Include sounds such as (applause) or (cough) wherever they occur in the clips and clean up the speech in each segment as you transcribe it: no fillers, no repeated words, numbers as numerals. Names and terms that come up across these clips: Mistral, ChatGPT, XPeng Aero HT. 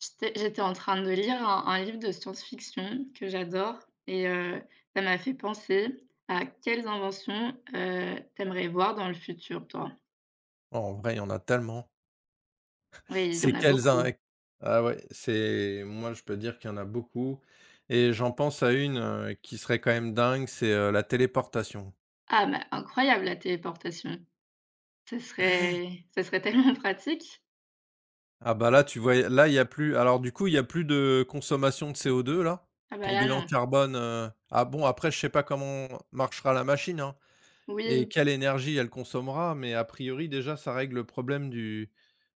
J'étais en train de lire un livre de science-fiction que j'adore et ça m'a fait penser à quelles inventions, tu voir dans le futur, toi? Oh, en vrai, il y en a tellement. Oui, il y C'est en a quels un, beaucoup. ah ouais, c'est moi, je peux dire qu'il y en a beaucoup et j'en pense à une, qui serait quand même dingue, c'est, la téléportation. Ah, mais incroyable la téléportation. Ce serait tellement (laughs) pratique. Ah bah, là, tu vois, là, il y a plus alors du coup, il y a plus de consommation de co deux là. Ah bah, Ton là, bilan non. carbone, ah bon, après, je sais pas comment marchera la machine, hein, et Oui, quelle énergie elle consommera, mais a priori, déjà, ça règle le problème du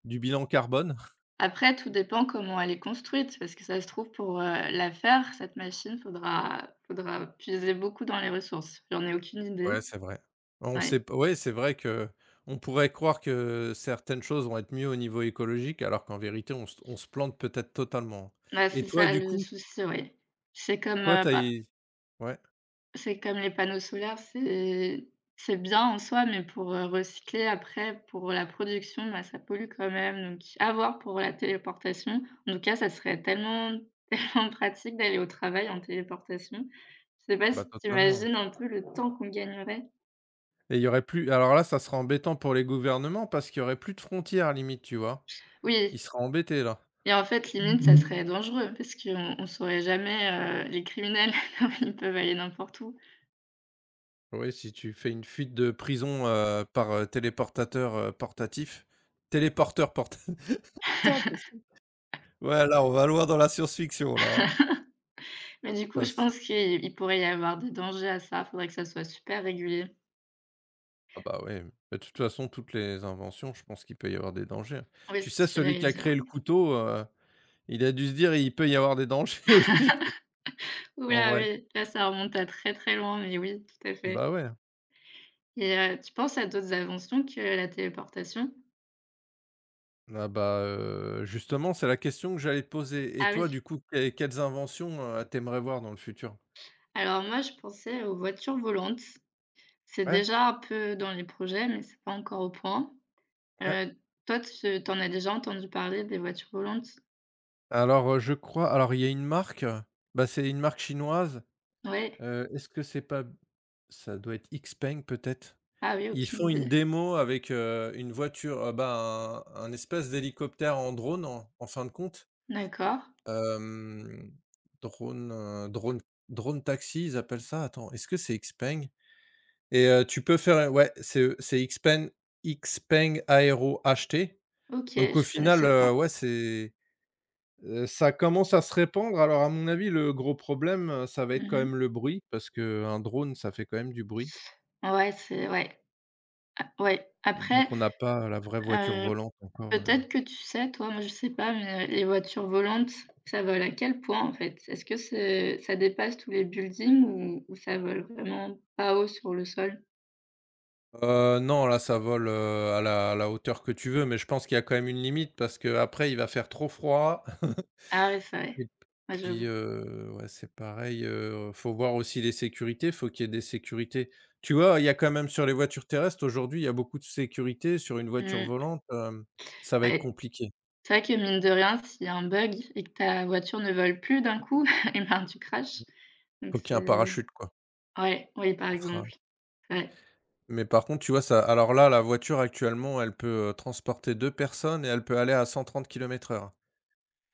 du bilan carbone. après tout dépend comment elle est construite parce que ça se trouve pour, la faire cette machine, faudra puiser beaucoup dans les ressources. J'en ai aucune Ouais, idée. c'est vrai. On sait Ouais. p Ouais, c'est vrai que on pourrait croire que certaines choses vont être mieux au niveau écologique, alors qu'en vérité, on se plante peut-être totalement, hein. Bah, Et c'est toi, ça du le coup, souci, oui. C'est comme, toi, t'as, as bah, ouais, c'est comme les panneaux solaires, c'est bien en soi, mais pour, recycler après, pour la production, bah, ça pollue quand même, donc à voir pour la téléportation. En tout cas, ça serait tellement (laughs) tellement pratique d'aller au travail en téléportation. Je sais ah pas bah, si tu totalement. imagines un peu le temps qu'on gagnerait? Et il y aurait plus alors là, ça serait embêtant pour les gouvernements parce qu'il y aurait plus de frontières limite, tu vois? Ils Oui seraient embêtés là. et en fait, limite, ça serait dangereux parce qu'on on saurait jamais, les criminels, (laughs) ils peuvent aller n'importe où. Oui, si tu fais une fuite de prison, par, téléportateur, portatif téléporteur portatif. (laughs) C'est impossible. Ouais, là, on va loin dans la science-fiction là, hein. Mais du coup, Ça je pense qu'il il pourrait y avoir des dangers à ça. Faudrait que ça soit super régulier. Ah bah ouais, mais de toute façon, toutes les inventions, je pense qu'il peut y avoir des dangers, hein. Oui, Tu c'est sais, ce que celui j'allais qui a dire, créé le oui. couteau, il a dû se dire: «Il peut y avoir des dangers (laughs) aussi», Ouh en là, vrai. oui, là, ça remonte à très, très loin, mais oui, tout à fait Bah ouais. et tu penses à d'autres inventions que la téléportation? Ah bah, justement, c'est la question que j'allais te poser. Et Ah toi, oui. du coup, quelles inventions, tu aimerais voir dans le futur? Alors moi, je pensais aux voitures volantes. C'est Ouais, déjà un peu dans les projets, mais c'est pas encore au point. ouais. Heu, toi, tu t'en as déjà entendu parler des voitures volantes? Alors, je crois alors il y a une marque, bah, c'est une marque chinoise, Ouais? Est-ce que c'est pas b ça doit être XPeng peut-être? Ah oui, Ils aucune font une idée. démo avec, une voiture, bah, un espèce d'hélicoptère en drone en fin de compte. D'accord. Hem, drone, drone Drone taxi ils appellent ça. Attends, est-ce que c'est XPeng? Et tu peux faire ouais, c'est XPeng Aero HT. OK, Donc au je final, connaissais pas. Ouais, c'est, ça commence à se répandre. Alors à mon avis, le gros problème, ça va être quand même Mmh. le bruit parce que un drone, ça fait quand même du bruit. Ouais, c'est ouais. A ouais, après, Donc on n'a pas la vraie voiture heu, volante encore. peut-être que tu sais, toi, moi je sais pas, mais les voitures volantes, ça vole à quel point, en fait? Est-ce que c'est ça dépasse tous les buildings ou ça vole vraiment pas haut sur le sol? Non, là, ça vole, à la hauteur que tu veux, mais je pense qu'il y a quand même une limite parce que après, il va faire trop froid Ah ouais, (laughs) c'est vrai. et Ouais, puis, j'avoue. Ouais, c'est pareil, faut voir aussi les sécurités, faut qu'il y ait des sécurités. Tu vois, il y a quand même sur les voitures terrestres, aujourd'hui, il y a beaucoup de sécurité. Sur une voiture Mmh. volante, ça va être Ouais, compliqué. c'est vrai que mine de rien, s'il y a un bug et que ta voiture ne vole plus d'un coup, (laughs) et ben, tu crashes. Faut Donc qu'il y ait un c'est parachute, quoi. ouais, oui, par Ce sera exemple. Ouais. Mais par contre, tu vois, ça alors là, la voiture actuellement, elle peut, transporter 2 personnes et elle peut aller à 130 km/h.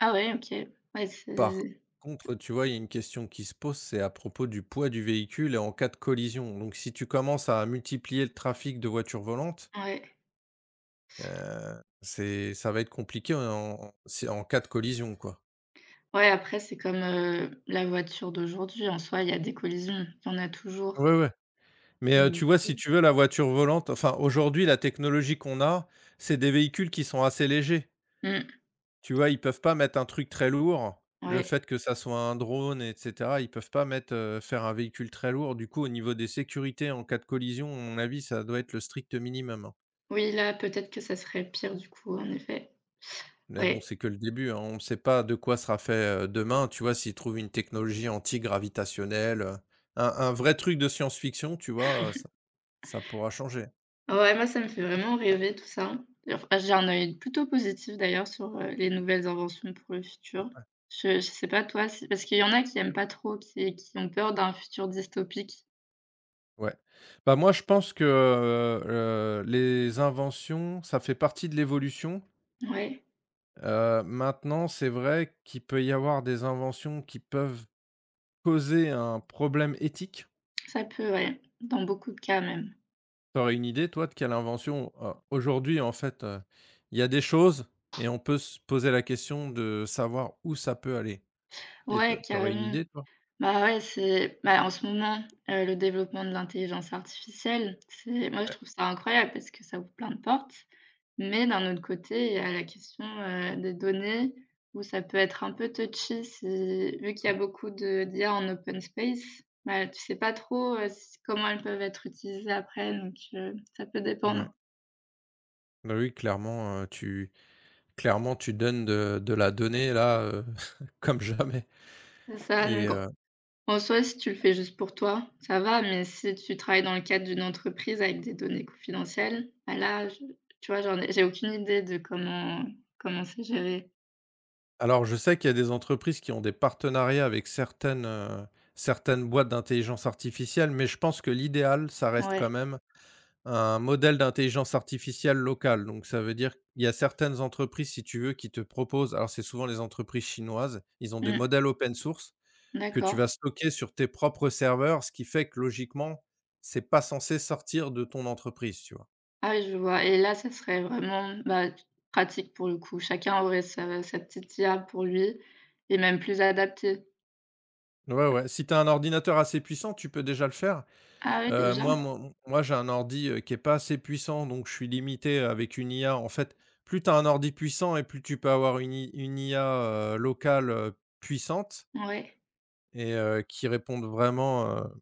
Ah ouais, OK. Ouais, Par c'est contre, tu vois, il y a une question qui se pose, c'est à propos du poids du véhicule et en cas de collision. Donc, si tu commences à multiplier le trafic de voitures volantes, ouais. C'est ça va être compliqué en si en cas de collision, quoi. Ouais, après, c'est comme, la voiture d'aujourd'hui. En soi, il y a des collisions, il y en a toujours, Ouais, ouais. Mais, tu donc vois, si tu veux, la voiture volante enfin, aujourd'hui, la technologie qu'on a, c'est des véhicules qui sont assez légers. mmh, Tu vois, ils peuvent pas mettre un truc très lourd. Le ouais. fait que ça soit un drone et cetera, ils peuvent pas faire un véhicule très lourd. Du coup, au niveau des sécurités en cas de collision, à mon avis, ça doit être le strict minimum, hein. Oui, là, peut-être que ça serait pire du coup, en effet. Mais bon, Ouais. c'est que le début, hein. On ne sait pas de quoi sera fait, demain, tu vois? S'ils trouvent une technologie antigravitationnelle, un vrai truc de science-fiction, tu vois? Ça pourra changer. Ouais, moi, ça me fait vraiment rêver tout ça. Et enfin, j'ai un œil plutôt positif d'ailleurs sur, les nouvelles inventions pour le futur. Je sais pas toi si parce qu'il y en a qui aiment pas trop, qui ont peur d'un futur dystopique. Ouais. Bah, moi, je pense que, les inventions, ça fait partie de l'évolution. Ouais, Maintenant, c'est vrai qu'il peut y avoir des inventions qui peuvent poser un problème éthique. ça peut, ouais, dans beaucoup de cas même. Tu aurais une idée, toi, de quelle invention, aujourd'hui, en fait, il y a des choses et on peut se poser la question de savoir où ça peut aller. Et tu Ouais, aurais une carrément. idée, toi? Bah, ouais, c'est bah, en ce moment, le développement de l'intelligence artificielle, c'est moi, je Ouais, trouve ça incroyable parce que ça ouvre plein de portes. Mais d'un autre côté, il y a la question, des données où ça peut être un peu touchy si vu qu'il y a beaucoup de d'IA en open space, bah, tu sais pas trop, s comment elles peuvent être utilisées après donc ça peut ouais. dépendre. Bah, oui, clairement, tu clairement, tu donnes de la donnée là, (laughs) comme jamais C'est ça et donc heu en soi, si tu le fais juste pour toi, ça va, mais si tu travailles dans le cadre d'une entreprise avec des données confidentielles, bah là, je tu vois, j'ai aucune idée de comment c'est géré. Alors, je sais qu'il y a des entreprises qui ont des partenariats avec certaines boîtes d'intelligence artificielle, mais je pense que l'idéal, ça reste Ouais. quand même un modèle d'intelligence artificielle locale. Donc ça veut dire qu'il y a certaines entreprises, si tu veux, qui te proposent alors c'est souvent les entreprises chinoises, ils ont des Mmh. modèles open source que tu D'accord. vas stocker sur tes propres serveurs, ce qui fait que logiquement, c'est pas censé sortir de ton entreprise, tu vois? Ah oui, je vois et là, ça serait vraiment, bah, pratique pour le coup. Chacun aurait sa petite IA pour lui et même plus adaptée. Ouais, ouais, si tu as un ordinateur assez puissant, tu peux déjà le faire? Ah oui, déjà? Moi mon moi J'ai un ordi, qui est pas assez puissant, donc je suis limité avec une IA. En fait, plus tu as un ordi puissant et plus tu peux avoir une IA, locale, puissante Ouais. et qui réponde vraiment,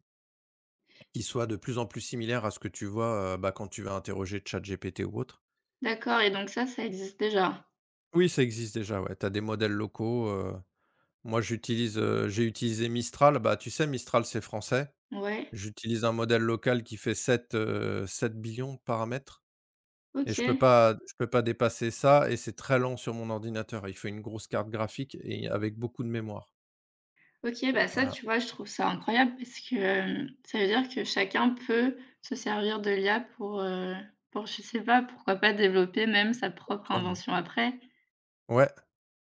qui soit de plus en plus similaire à ce que tu vois, bah, quand tu vas interroger ChatGPT ou autre. D'accord et donc ça existe déjà? Oui, ça existe déjà, ouais, tu as des modèles locaux. Moi j'ai utilisé Mistral. Bah, tu sais Mistral, c'est français. Ouais, J'utilise un modèle local qui fait 7 7 billions de paramètres. Et je peux OK. pas je peux pas dépasser ça et c'est très lent sur mon ordinateur. Il faut une grosse carte graphique et avec beaucoup de mémoire. OK, bah, ça, Voilà. tu vois, je trouve ça incroyable parce que, ça veut dire que chacun peut se servir de l'IA pour je sais pas, pourquoi pas développer même sa propre toi, mmh invention après? Ouais,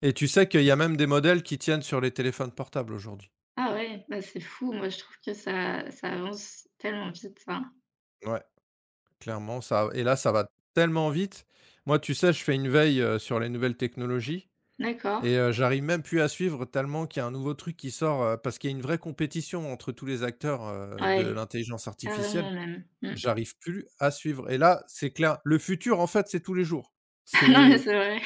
et tu sais qu'il y a même des modèles qui tiennent sur les téléphones portables aujourd'hui. Ah ouais, bah, c'est fou. Moi, je trouve que ça avance tellement vite, ça. Ouais, clairement ça, et là, ça va tellement vite. Moi, tu sais, je fais une veille, sur les nouvelles technologies D'accord. et j'arrive même plus à suivre tellement qu'il y a un nouveau truc qui sort, parce qu'il y a une vraie compétition entre tous les acteurs, de Ouais, l'intelligence carrément artificielle. même. Mmh. J'arrive plus à suivre et là, c'est clair. Le futur, en fait, c'est tous les jours. (laughs) Non, mais C'est c'est vrai.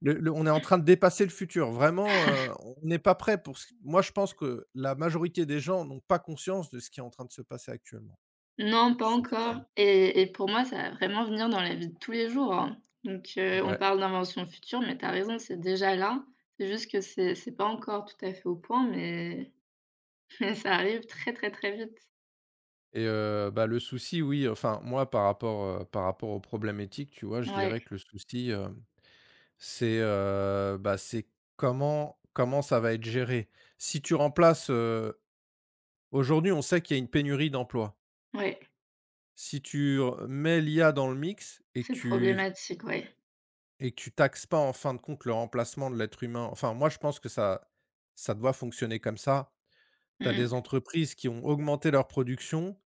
le On est en train de dépasser le futur. Vraiment, on n'est pas prêt pour ce Moi, je pense que la majorité des gens n'ont pas conscience de ce qui est en train de se passer actuellement. Non, pas Je te dis encore clairement. et pour moi, ça va vraiment venir dans la vie de tous les jours, hein. Donc on Ouais, parle d'invention future, mais t'as raison, c'est déjà là. C'est juste que c'est pas encore tout à fait au point, mais et ça arrive très, très, très vite. et bah, le souci, oui, enfin, moi, par rapport au problème éthique, tu vois, je Ouais, dirais que le souci, c'est, bah, c'est comment ça va être géré? Si tu remplaces, Aujourd'hui, on sait qu'il y a une pénurie d'emplois. ouais, Si tu r mets l'IA dans le mix et que c'est tu problématique, ouais. et que tu taxes pas en fin de compte le remplacement de l'être humain, enfin moi je pense que ça doit fonctionner comme ça. Tu as Mmh. des entreprises qui ont augmenté leur production,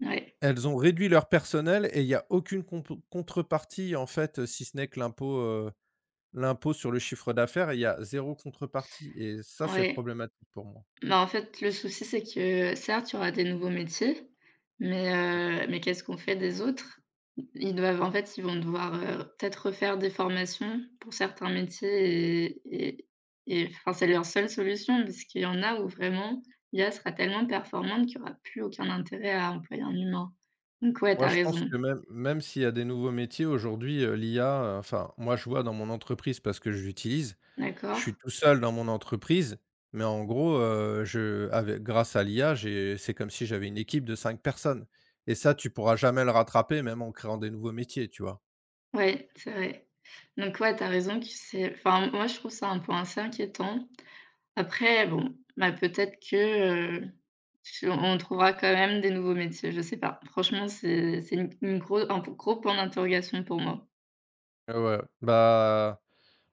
Ouais, elles ont réduit leur personnel et il y a aucune compo contrepartie en fait, si ce n'est que l'impôt sur le chiffre d'affaires, il y a zéro contrepartie et ça c'est ouais. problématique pour moi. Bah, en fait, le souci, c'est que certes, il y aura des nouveaux métiers, mais qu'est-ce qu'on fait des autres? Ils doivent en fait, ils vont devoir, peut-être refaire des formations pour certains métiers et enfin, c'est leur seule solution parce qu'il y en a où vraiment l'IA sera tellement performante qu'il y aura plus aucun intérêt à employer un humain. Donc ouais, Moi t'as je pense raison, que même s'il y a des nouveaux métiers aujourd'hui, l'IA, enfin moi je vois dans mon entreprise parce que je l'utilise. Je d'accord. suis tout seul dans mon entreprise, mais en gros, je avec grâce à l'IA, j'ai c'est comme si j'avais une équipe de 5 personnes et ça, tu pourras jamais le rattraper même en créant des nouveaux métiers, tu vois? Ouais, c'est vrai. Donc ouais, t'as raison que c'est enfin, moi, je trouve ça un point assez inquiétant. Après bon, bah, peut-être que, tu on trouvera quand même des nouveaux métiers, je sais pas. Franchement, c'est une gros un gros point d'interrogation pour moi. Ah ouais, bah,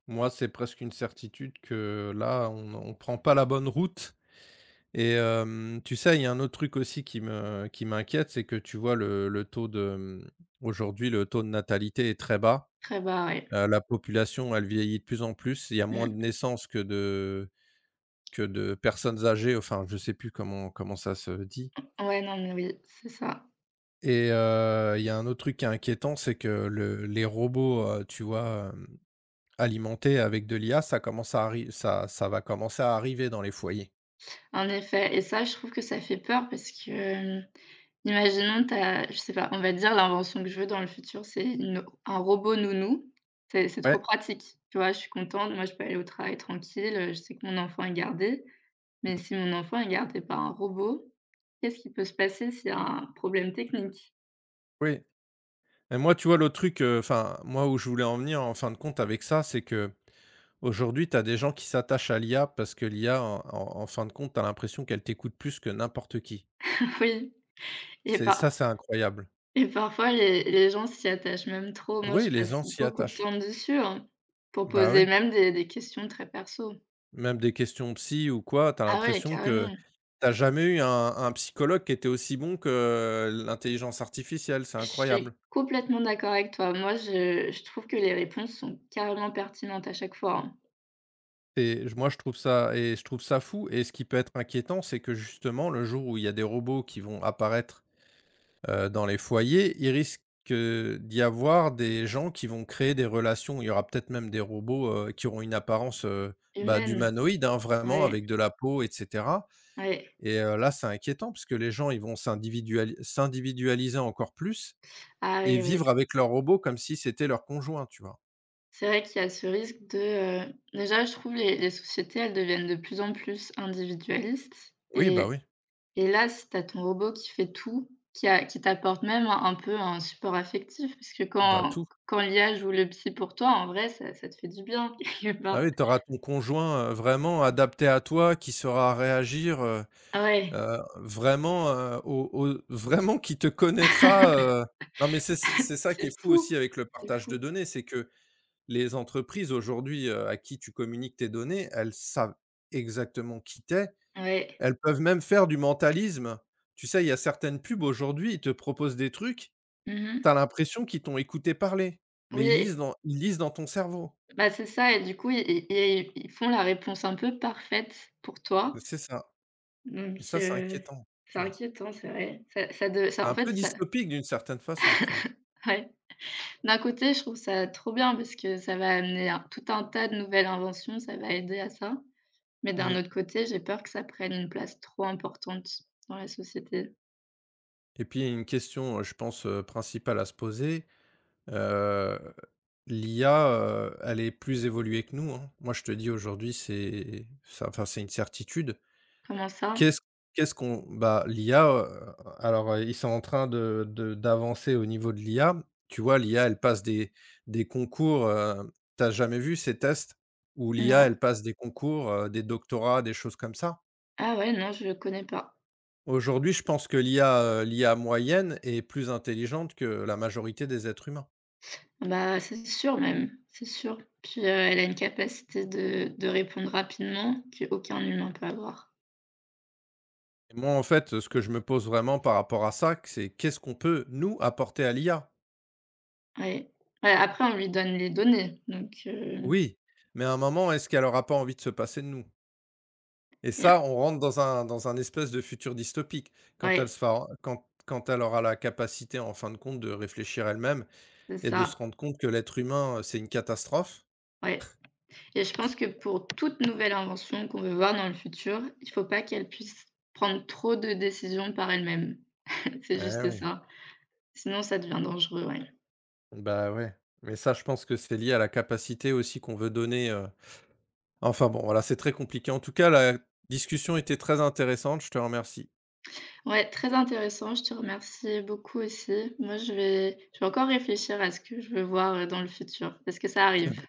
moi, c'est presque une certitude que là, on prend pas la bonne route et tu sais, il y a un autre truc aussi qui m'inquiète, c'est que tu vois le taux de, aujourd'hui, le taux de natalité est très bas. Très barré. La population, elle vieillit de plus en plus. Il y a Ouais. moins Mmh. de naissances que de personnes âgées, enfin, je sais plus comment ça se dit. Ouais, non, mais oui, c'est ça. Et il y a un autre truc qui est inquiétant, c'est que le les robots, tu vois, alimentés avec de l'IA, ça va commencer à arriver dans les foyers. En effet et ça, je trouve que ça fait peur parce que, imaginons t'as, je sais pas, on va dire l'invention que je veux dans le futur, c'est une un robot nounou. C'est trop Ouais, pratique, tu vois? Je suis contente, moi je peux aller au travail tranquille, je sais que mon enfant est gardé. Mais mmh, si mon enfant est gardé par un robot, qu'est-ce qui peut se passer s'il y a un problème technique? oui. Et moi, tu vois, l'autre truc, enfin, moi, où je voulais en venir, en fin de compte, avec ça, c'est qu'aujourd'hui, tu as des gens qui s'attachent à l'IA parce que l'IA, en fin de compte, tu as l'impression qu'elle t'écoute plus que n'importe qui. (laughs) Oui et C'est ça, par c'est incroyable. et parfois les gens s'y attachent même trop. Moi je Oui, les passe gens s'y beaucoup de attachent. temps dessus, hein, pour Bah, poser oui. même des questions très perso. Même des questions psy ou quoi, tu as Ah ouais, l'impression que carrément. t'as jamais eu un psychologue qui était aussi bon que l'intelligence artificielle, c'est Je suis incroyable. complètement d'accord avec toi. Moi, je trouve que les réponses sont carrément pertinentes à chaque fois, hein. Et je moi, je trouve ça, et je trouve ça fou, et ce qui peut être inquiétant, c'est que justement le jour où il y a des robots qui vont apparaître, dans les foyers, il risque, d'y avoir des gens qui vont créer des relations. Il y aura peut-être même des robots, qui auront une apparence, bah, Humaines, d'humanoïdes, hein, vraiment ouais, avec de la peau et cetera. ouais. Et là, c'est inquiétant puisque les gens, ils vont s'individualiser encore plus Ah et oui, oui. vivre avec leur robot comme si c'était leur conjoint, tu vois? C'est vrai qu'il y a ce risque de, déjà, je trouve les sociétés, elles deviennent de plus en plus individualistes Oui, et là, si tu ton robot qui fait tout, qui a qui t'apporte même un peu un support affectif, parce que bah, quand tout. quand l'IA joue le psy pour toi, en vrai, ça te fait du bien, (laughs) quelque Ah part. oui, tu auras ton conjoint, vraiment adapté à toi, qui saura réagir, Ouais, vraiment, au vraiment qui te connaîtra, heu non, mais c'est ça qui c'est est fou fou, aussi avec le c'est partage de fou. données, c'est que les entreprises aujourd'hui, à qui tu communiques tes données, elles savent exactement qui t'es. Ouais. Elles peuvent même faire du mentalisme. Tu sais, il y a certaines pubs aujourd'hui, ils te proposent des trucs, tu as Mmh. l'impression qu'ils t'ont écouté parler, mais ils Oui. lisent dans ils lisent dans ton cerveau. Bah, c'est ça et du coup, i i i ils font la réponse un peu parfaite pour toi, C'est ça, donc et ça, c'est inquiétant, tu c'est vois? inquiétant, c'est vrai. Ça ça de ça C'est en un fait, peu ça dystopique d'une certaine façon, tu vois? ouais. D'un côté, je trouve ça trop bien parce que ça va amener un tout un tas de nouvelles inventions, ça va aider à ça, mais d'un Mmh autre côté, j'ai peur que ça prenne une place trop importante dans la société. et puis une question, je pense, principale à se poser, heu, l'IA, elle est plus évoluée que nous, hein. Moi, je te dis aujourd'hui, c'est ça, enfin, c'est une certitude. Comment ça? Qu'est-ce qu'est-ce qu'on bah, l'IA, ils sont en train de d'avancer au niveau de l'IA. Tu vois, l'IA, elle passe des concours, tu as jamais vu ces tests où l'IA, Non. elle passe des concours, des doctorats, des choses comme ça? Ah ouais, non, je connais pas. Aujourd'hui, je pense que l'IA moyenne est plus intelligente que la majorité des êtres humains. Bah, c'est sûr même, c'est sûr. Puis, elle a une capacité de répondre rapidement qu'aucun humain peut avoir. Moi, en fait, ce que je me pose vraiment par rapport à ça, que c'est qu'est-ce qu'on peut, nous, apporter à l'IA? Ouais. Ouais, après on lui donne les données, donc Oui, mais à un moment, est-ce qu'elle aura pas envie de se passer de nous? Et ça, il on rentre dans un espèce de futur dystopique. Quand elle se ouais, fera quand quand elle aura la capacité, en fin de compte, de réfléchir elle-même c'est et de ça, se rendre compte que l'être humain, c'est une catastrophe. ouais et je pense que pour toute nouvelle invention qu'on veut voir dans le futur, il faut pas qu'elle puisse prendre trop de décisions par elle-même. (laughs) C'est Eh juste oui, ça. Sinon ça devient dangereux, ouais. bah, ouais. Mais ça, je pense que c'est lié à la capacité aussi qu'on veut donner, enfin bon, voilà, c'est très compliqué. En tout cas, la discussion était très intéressante, je te remercie. Ouais, très intéressant, je te remercie beaucoup aussi. Moi je vais encore réfléchir à ce que je veux voir, dans le futur, parce que ça arrive.